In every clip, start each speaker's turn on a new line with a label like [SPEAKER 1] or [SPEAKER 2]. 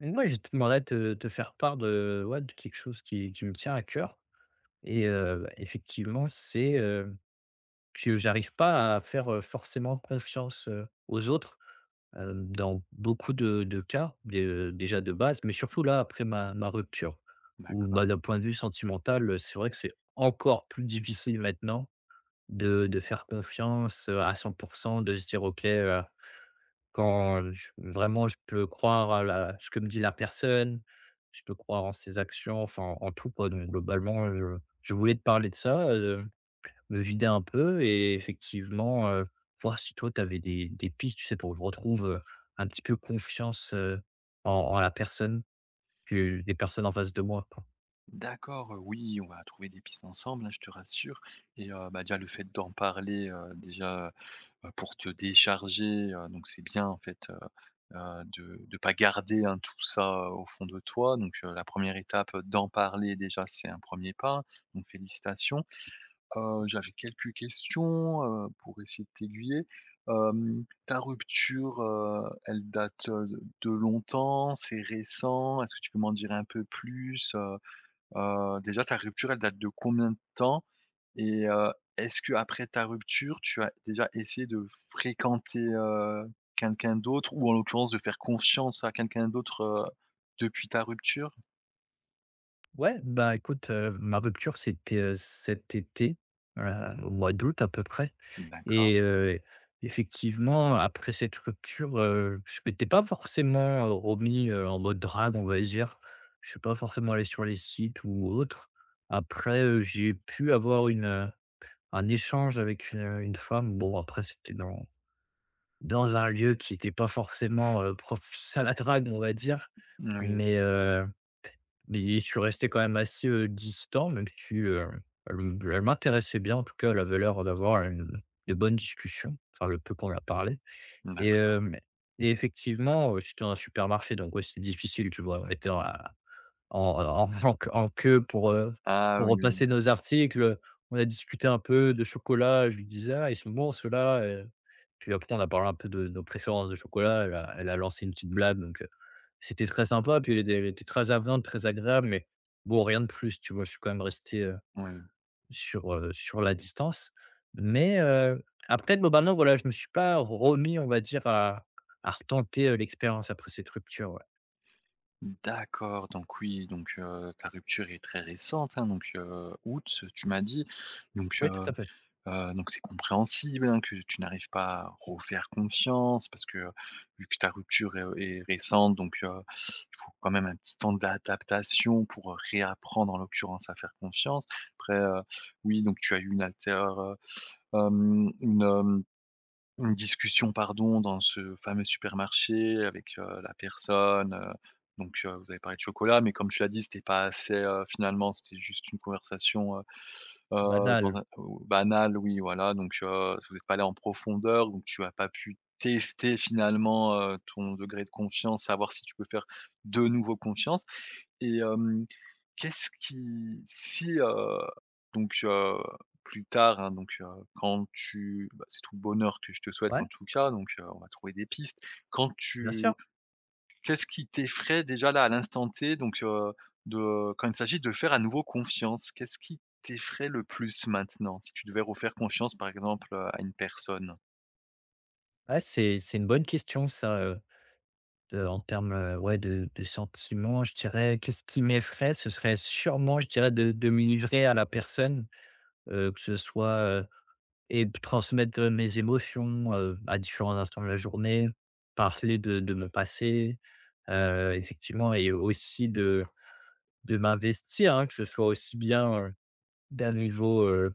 [SPEAKER 1] Mais moi, j'aimerais te faire part de ouais, de quelque chose qui me tient à cœur et effectivement, c'est, que j'arrive pas à faire, forcément confiance, aux autres, dans beaucoup de cas, de déjà de base, mais surtout là, après ma rupture où,
[SPEAKER 2] D'accord.
[SPEAKER 1] bah, d'un point de vue sentimental, c'est vrai que c'est encore plus difficile maintenant de faire confiance, à 100%, de se dire: «OK, quand je vraiment je peux croire à la ce que me dit la personne, je peux croire en ses actions, enfin en tout quoi, donc globalement, je voulais te parler de ça, me vider un peu et effectivement, voir si toi tu avais des pistes, tu sais, pour que je retrouve, un petit peu confiance, en en la personne que les personnes en face de moi, quoi.
[SPEAKER 2] D'accord, oui, on va trouver des pistes ensemble, hein, je te rassure et bah, déjà le fait d'en parler, pour te décharger, donc c'est bien en fait, de pas garder, hein, tout ça au fond de toi. Donc la première étape, d'en parler déjà, c'est un premier pas, donc félicitations. J'avais quelques questions, pour essayer de t'aiguiller. Ta rupture, elle date, de longtemps? C'est récent? Est-ce que tu peux m'en dire un peu plus, déjà ta rupture, elle date de combien de temps? Et est-ce que après ta rupture, tu as déjà essayé de fréquenter, quelqu'un d'autre ou en l'occurrence de faire confiance à quelqu'un d'autre, depuis ta rupture?
[SPEAKER 1] Ouais, bah, écoute, ma rupture, c'était, cet été, heu, au mois d'août à peu près.
[SPEAKER 2] D'accord.
[SPEAKER 1] Et effectivement, après cette rupture, je m'étais pas forcément, remis, en mode drague, on va dire. Je suis pas forcément allé sur les sites ou autre. Après, j'ai pu avoir un échange avec une femme. Bon, après, c'était dans un lieu qui n'était pas forcément, propice à la drague, on va dire.
[SPEAKER 2] Oui,
[SPEAKER 1] Mais mais je suis resté quand même assez, distant, même si, elle m'intéressait bien. En tout cas, elle avait l'air d'avoir une de bonnes discussions, enfin le peu qu'on a parlé et
[SPEAKER 2] d'accord.
[SPEAKER 1] hem et effectivement, j'étais dans un supermarché donc ouais, c'était difficile, tu vois? Être en queue pour, heu,
[SPEAKER 2] Ah
[SPEAKER 1] pour
[SPEAKER 2] oui, oui,
[SPEAKER 1] repasser nos articles, on a discuté un peu de chocolat. Je lui disais: «Ah, ils sont bons ceux-là», puis après on a parlé un peu de nos préférences de chocolat. Elle a lancé une petite blague donc, c'était très sympa, puis elle était très avenante, très agréable, mais bon, rien de plus, tu vois? Je suis quand même resté,
[SPEAKER 2] oui.
[SPEAKER 1] sur la distance. Mais, après globalement, voilà, je me suis pas remis, on va dire, à retenter, l'expérience après cette rupture, ouais.
[SPEAKER 2] D'accord, donc oui, donc ta rupture est très récente, hein, donc août, tu m'as dit. Donc
[SPEAKER 1] Oui, tout
[SPEAKER 2] heu
[SPEAKER 1] à fait.
[SPEAKER 2] Heu, donc c'est compréhensible, hein, que tu n'arrives pas à refaire confiance parce que, vu que ta rupture est récente, donc il faut quand même un petit temps d'adaptation pour, réapprendre, en l'occurrence, à faire confiance. Après, oui, donc tu as eu une alter hem, une discussion, pardon, dans ce fameux supermarché avec, la personne, donc vous avez parlé de chocolat, mais comme tu l'as dit, c'était pas assez, finalement, c'était juste une conversation. Dans
[SPEAKER 1] Banal.
[SPEAKER 2] un ou banal, oui, voilà, donc vous êtes pas allé en profondeur, donc tu n'as pas pu tester finalement, ton degré de confiance, savoir si tu peux faire de nouveau confiance. Et hem, qu'est-ce qui si, donc Plus tard, hein, donc quand tu bah, c'est tout le bonheur que je te souhaite en
[SPEAKER 1] Ouais,
[SPEAKER 2] tout cas, donc on va trouver des pistes. Quand
[SPEAKER 1] bien
[SPEAKER 2] tu
[SPEAKER 1] sûr.
[SPEAKER 2] Qu'est-ce qui t'effraie déjà là à l'instant T, donc de quand il s'agit de faire à nouveau confiance, qu'est-ce qui t'effraie le plus maintenant? Si tu devais refaire confiance par exemple, à une personne?
[SPEAKER 1] Ouais, c'est une bonne question ça, de en termes, ouais, de sentiments, je dirais, qu'est-ce qui m'effraie? Ce serait sûrement, je dirais, de me livrer à la personne, que ce soit, et de transmettre, mes émotions, à différents instants de la journée, parler de mon passé, effectivement et aussi de m'investir, hein, que ce soit aussi bien, d'un niveau,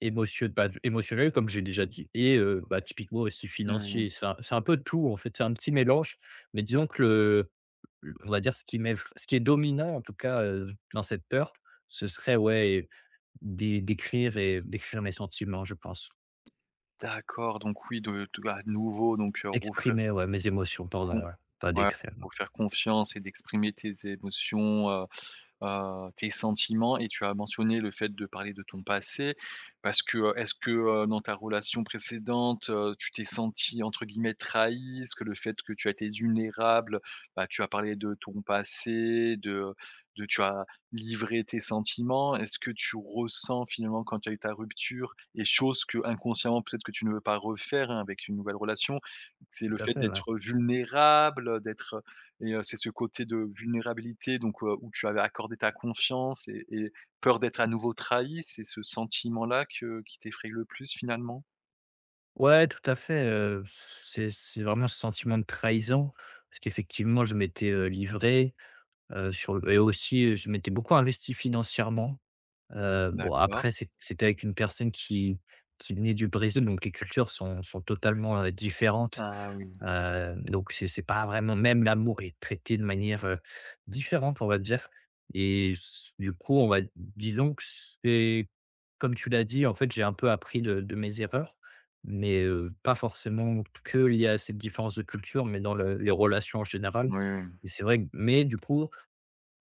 [SPEAKER 1] émotion bah, émotionnel comme j'ai déjà dit et bah, typiquement aussi
[SPEAKER 2] Mmh,
[SPEAKER 1] financier. C'est un peu tout en fait, c'est un petit mélange, mais disons que le on va dire ce qui est dominant en tout cas, dans cette peur, ce serait ouais, d'écrire mes sentiments, je pense.
[SPEAKER 2] d'accord, donc oui, de à nouveau donc refaire
[SPEAKER 1] Exprimer, ouais, mes émotions, pardon,
[SPEAKER 2] con
[SPEAKER 1] ouais, pas
[SPEAKER 2] ouais,
[SPEAKER 1] d'écrire, non.
[SPEAKER 2] refaire confiance et d'exprimer tes émotions, tes sentiments, et tu as mentionné le fait de parler de ton passé parce que, dans ta relation précédente, tu t'es senti entre guillemets trahi. Est-ce que le fait que tu as été vulnérable, bah, tu as parlé de ton passé, de tu as livré tes sentiments? Est-ce que tu ressens finalement quand tu as eu ta rupture, et chose que inconsciemment peut-être que tu ne veux pas refaire, hein, avec une nouvelle relation, c'est le
[SPEAKER 1] Tout à
[SPEAKER 2] fait
[SPEAKER 1] fait, ouais.
[SPEAKER 2] d'être vulnérable, d'être, et c'est ce côté de vulnérabilité, donc où tu avais accordé ta confiance et peur d'être à nouveau trahi, c'est ce sentiment-là que qui t'effraie le plus finalement?
[SPEAKER 1] Ouais, tout à fait, c'est vraiment ce sentiment de trahison, parce qu'effectivement je m'étais, livré, sur et aussi, je m'étais beaucoup investi financièrement. Bon
[SPEAKER 2] D'accord.
[SPEAKER 1] après c'était avec une personne qui venait du Brésil, donc les cultures sont totalement, différentes.
[SPEAKER 2] Ah oui.
[SPEAKER 1] Donc c'est pas vraiment même l'amour est traité de manière, différente, on va dire et s du coup, on va disons que c'est comme tu l'as dit, en fait, j'ai un peu appris de mes erreurs, mais, pas forcément que liées à cette différence de culture, mais dans le les relations en général
[SPEAKER 2] Oui, oui.
[SPEAKER 1] et c'est vrai que mais du coup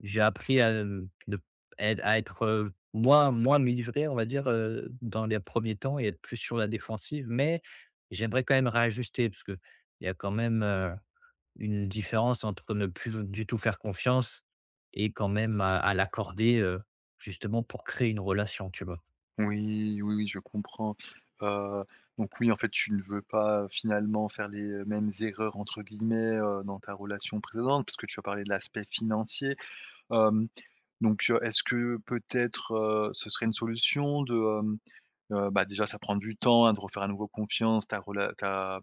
[SPEAKER 1] j'ai appris à, ne à être, moins me livrer, on va dire, dans les premiers temps et être plus sur la défensive. Mais j'aimerais quand même réajuster parce qu'il y a quand même, une différence entre ne plus du tout faire confiance et quand même à l'accorder, justement pour créer une relation, tu vois?
[SPEAKER 2] Oui, oui, oui, je comprends. Heu, donc oui, en fait, tu ne veux pas finalement faire les, «mêmes erreurs» entre guillemets, dans ta relation précédente, parce que tu as parlé de l'aspect financier. Hem, donc est-ce que peut-être, ce serait une solution de, bah, déjà ça prend du temps, hein, de refaire à nouveau confiance, ta rela ta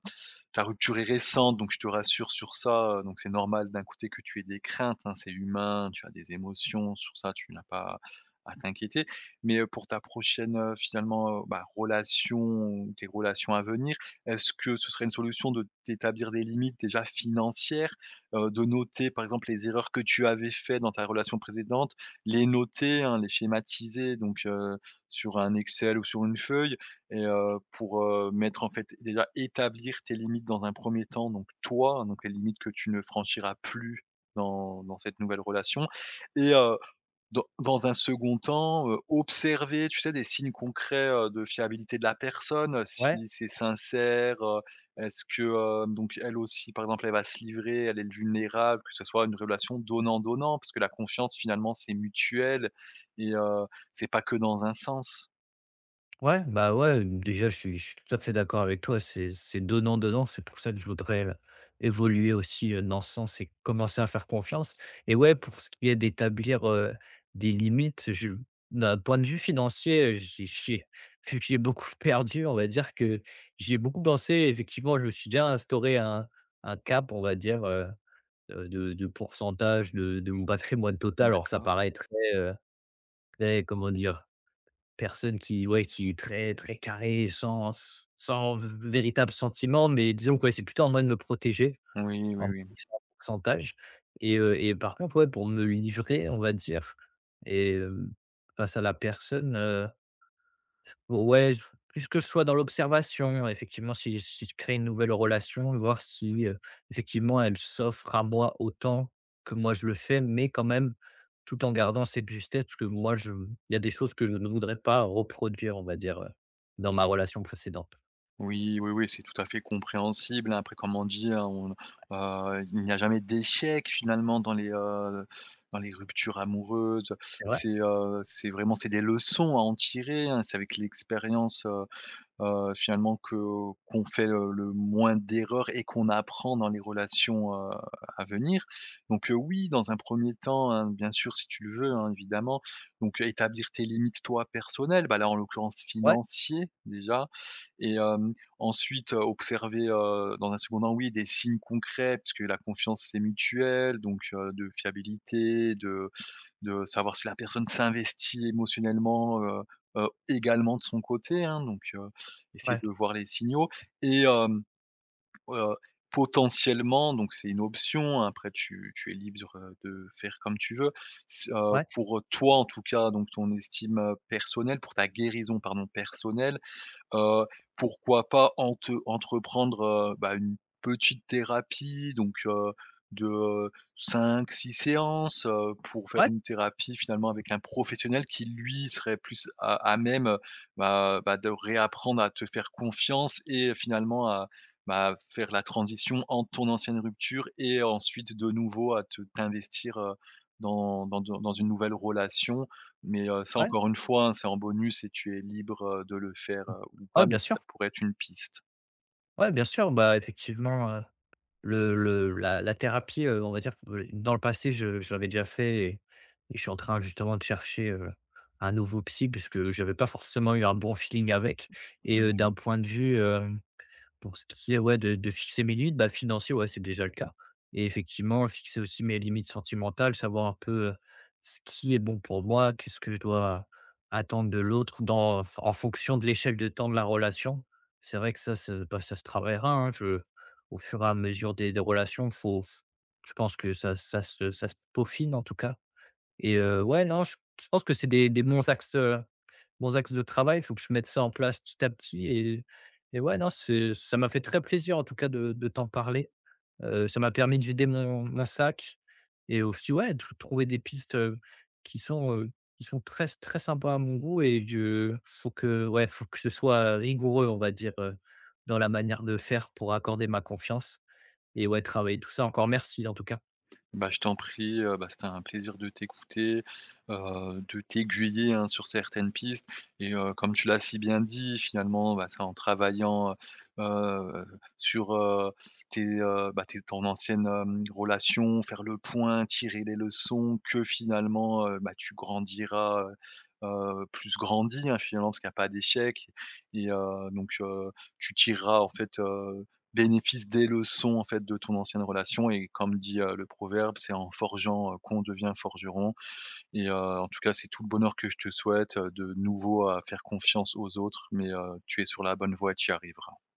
[SPEAKER 2] ta rupture est récente, donc je te rassure sur ça, donc c'est normal d'un côté que tu aies des craintes, hein, c'est humain, tu as des émotions, sur ça tu n'as pas à t'inquiéter. Mais, pour ta prochaine, finalement, bah, relation ou tes relations à venir, est-ce que ce serait une solution de t'établir des limites déjà financières? De noter par exemple les erreurs que tu avais faites dans ta relation précédente, les noter, hein, les schématiser donc, sur un Excel ou sur une feuille, et pour, mettre en fait déjà établir tes limites dans un premier temps, donc toi, hein, donc les limites que tu ne franchiras plus dans cette nouvelle relation et dans un second temps, observer, tu sais, des signes concrets, de fiabilité de la personne,
[SPEAKER 1] Ouais.
[SPEAKER 2] si c'est sincère, est-ce que, donc elle aussi, par exemple, elle va se livrer, elle est vulnérable, que ce soit une relation donnant-donnant, parce que la confiance finalement c'est mutuel, et c'est pas que dans un sens.
[SPEAKER 1] Ouais, bah, ouais, déjà, je suis tout à fait d'accord avec toi. C'est donnant-donnant. C'est pour ça que je voudrais, évoluer aussi, dans ce sens et commencer à faire confiance et ouais, pour ce qui est d'établir, des limites, je d'un point de vue financier, j'ai j'ai beaucoup perdu, on va dire que j'y ai beaucoup pensé. Effectivement, je me suis déjà instauré un cap, on va dire, de pourcentage de mon patrimoine total. Alors ça
[SPEAKER 2] D'accord.
[SPEAKER 1] paraît heu, très, comment dire? Personne qui est très, très carré, sans véritable sentiment, mais disons que, ouais, c'est plutôt en mode me protéger,
[SPEAKER 2] Oui, oui,
[SPEAKER 1] en
[SPEAKER 2] oui.
[SPEAKER 1] fixant un pourcentage et et par contre, ouais, pour me livrer, on va dire et hem, face à la personne, ouais, je plus que je sois dans l'observation, effectivement, si je crée une nouvelle relation, voir si, effectivement, elle s'offre à moi autant que moi je le fais, mais quand même, tout en gardant cette justesse parce que moi je il y a des choses que je ne voudrais pas reproduire, on va dire, dans ma relation précédente.
[SPEAKER 2] Oui, oui, oui, c'est tout à fait compréhensible, hein. Après, comme on dit, hein, on, il n'y a jamais d'échec finalement dans les ruptures amoureuses.
[SPEAKER 1] C'est vrai?
[SPEAKER 2] C'est vraiment c'est des leçons à en tirer, hein. C'est avec l'expérience, finalement que qu'on fait le moins d'erreurs et qu'on apprend dans les relations, à venir. Donc, oui, dans un premier temps, hein, bien sûr, si tu le veux, hein, évidemment, donc établir tes limites, toi, personnelles, bah, là, en l'occurrence
[SPEAKER 1] Ouais,
[SPEAKER 2] financier, déjà, et ensuite, observer, dans un second temps, oui, des signes concrets parce que la confiance, c'est mutuel, donc, de fiabilité, de savoir si la personne s'investit émotionnellement, également de son côté, hein, donc essayer
[SPEAKER 1] ouais,
[SPEAKER 2] de voir les signaux et heu, potentiellement. Donc c'est une option, hein, après tu es libre, de faire comme tu veux. S
[SPEAKER 1] ouais,
[SPEAKER 2] Pour toi en tout cas, donc ton estime, personnelle, pour ta guérison, pardon, personnelle, Heu, pourquoi pas ente entreprendre, bah, une petite thérapie donc, de 5 6 séances, pour faire
[SPEAKER 1] ouais,
[SPEAKER 2] une thérapie finalement avec un professionnel qui lui serait plus à même, bah, bah, de réapprendre à te faire confiance, et finalement à, bah, faire la transition entre ton ancienne rupture et ensuite de nouveau à te t'investir, dans une nouvelle relation. Mais, ça
[SPEAKER 1] ouais,
[SPEAKER 2] encore une fois, hein, c'est en bonus et tu es libre, de le faire, ou
[SPEAKER 1] ouais,
[SPEAKER 2] pas, mais
[SPEAKER 1] bien sûr.
[SPEAKER 2] ça pourrait être une piste.
[SPEAKER 1] Ouais, bien sûr, bah, effectivement, le la la thérapie, on va dire, dans le passé, je l'avais déjà fait et je suis en train justement de chercher, un nouveau psy puisque n'avais pas forcément eu un bon feeling avec et
[SPEAKER 2] Mmh.
[SPEAKER 1] d'un point de vue, pour ce qui est, ouais, de fixer mes limites, bah, financier, ouais, c'est déjà le cas et effectivement, fixer aussi mes limites sentimentales, savoir un peu, ce qui est bon pour moi, qu'est-ce que je dois attendre de l'autre dans en fonction de l'échelle de temps de la relation. C'est vrai que ça, se bah, ça se travaillera, hein, je au fur et à mesure des relations, faut je pense que ça se peaufine en tout cas et ouais, non, je pense que c'est des bons axes de travail. Il faut que je mette ça en place petit à petit et ouais, non, c'est ça m'a fait très plaisir en tout cas de t'en parler. Ça m'a permis de vider mon sac et aussi, ouais, de trouver des pistes, qui sont, heu, qui sont très très sympas à mon goût et je faut que ce soit rigoureux, on va dire, dans la manière de faire pour accorder ma confiance et ouais, travailler tout ça. Encore merci en tout cas.
[SPEAKER 2] Bah, je t'en prie, bah, c'était un plaisir de t'écouter, de t'aiguiller, hein, sur certaines pistes et comme tu l'as si bien dit, finalement, bah, c'est en travaillant, sur, heu, bah, tes ton ancienne, relation, faire le point, tirer les leçons, que finalement, bah, tu grandiras, plus grandi, hein, finalement, parce qu'il n'y a pas d'échec, et donc tu tireras, en fait, bénéfice des leçons, en fait, de ton ancienne relation. Et comme dit, le proverbe, c'est en forgeant, qu'on devient forgeron, et en tout cas, c'est tout le bonheur que je te souhaite, de nouveau à faire confiance aux autres, mais tu es sur la bonne voie, tu y arriveras.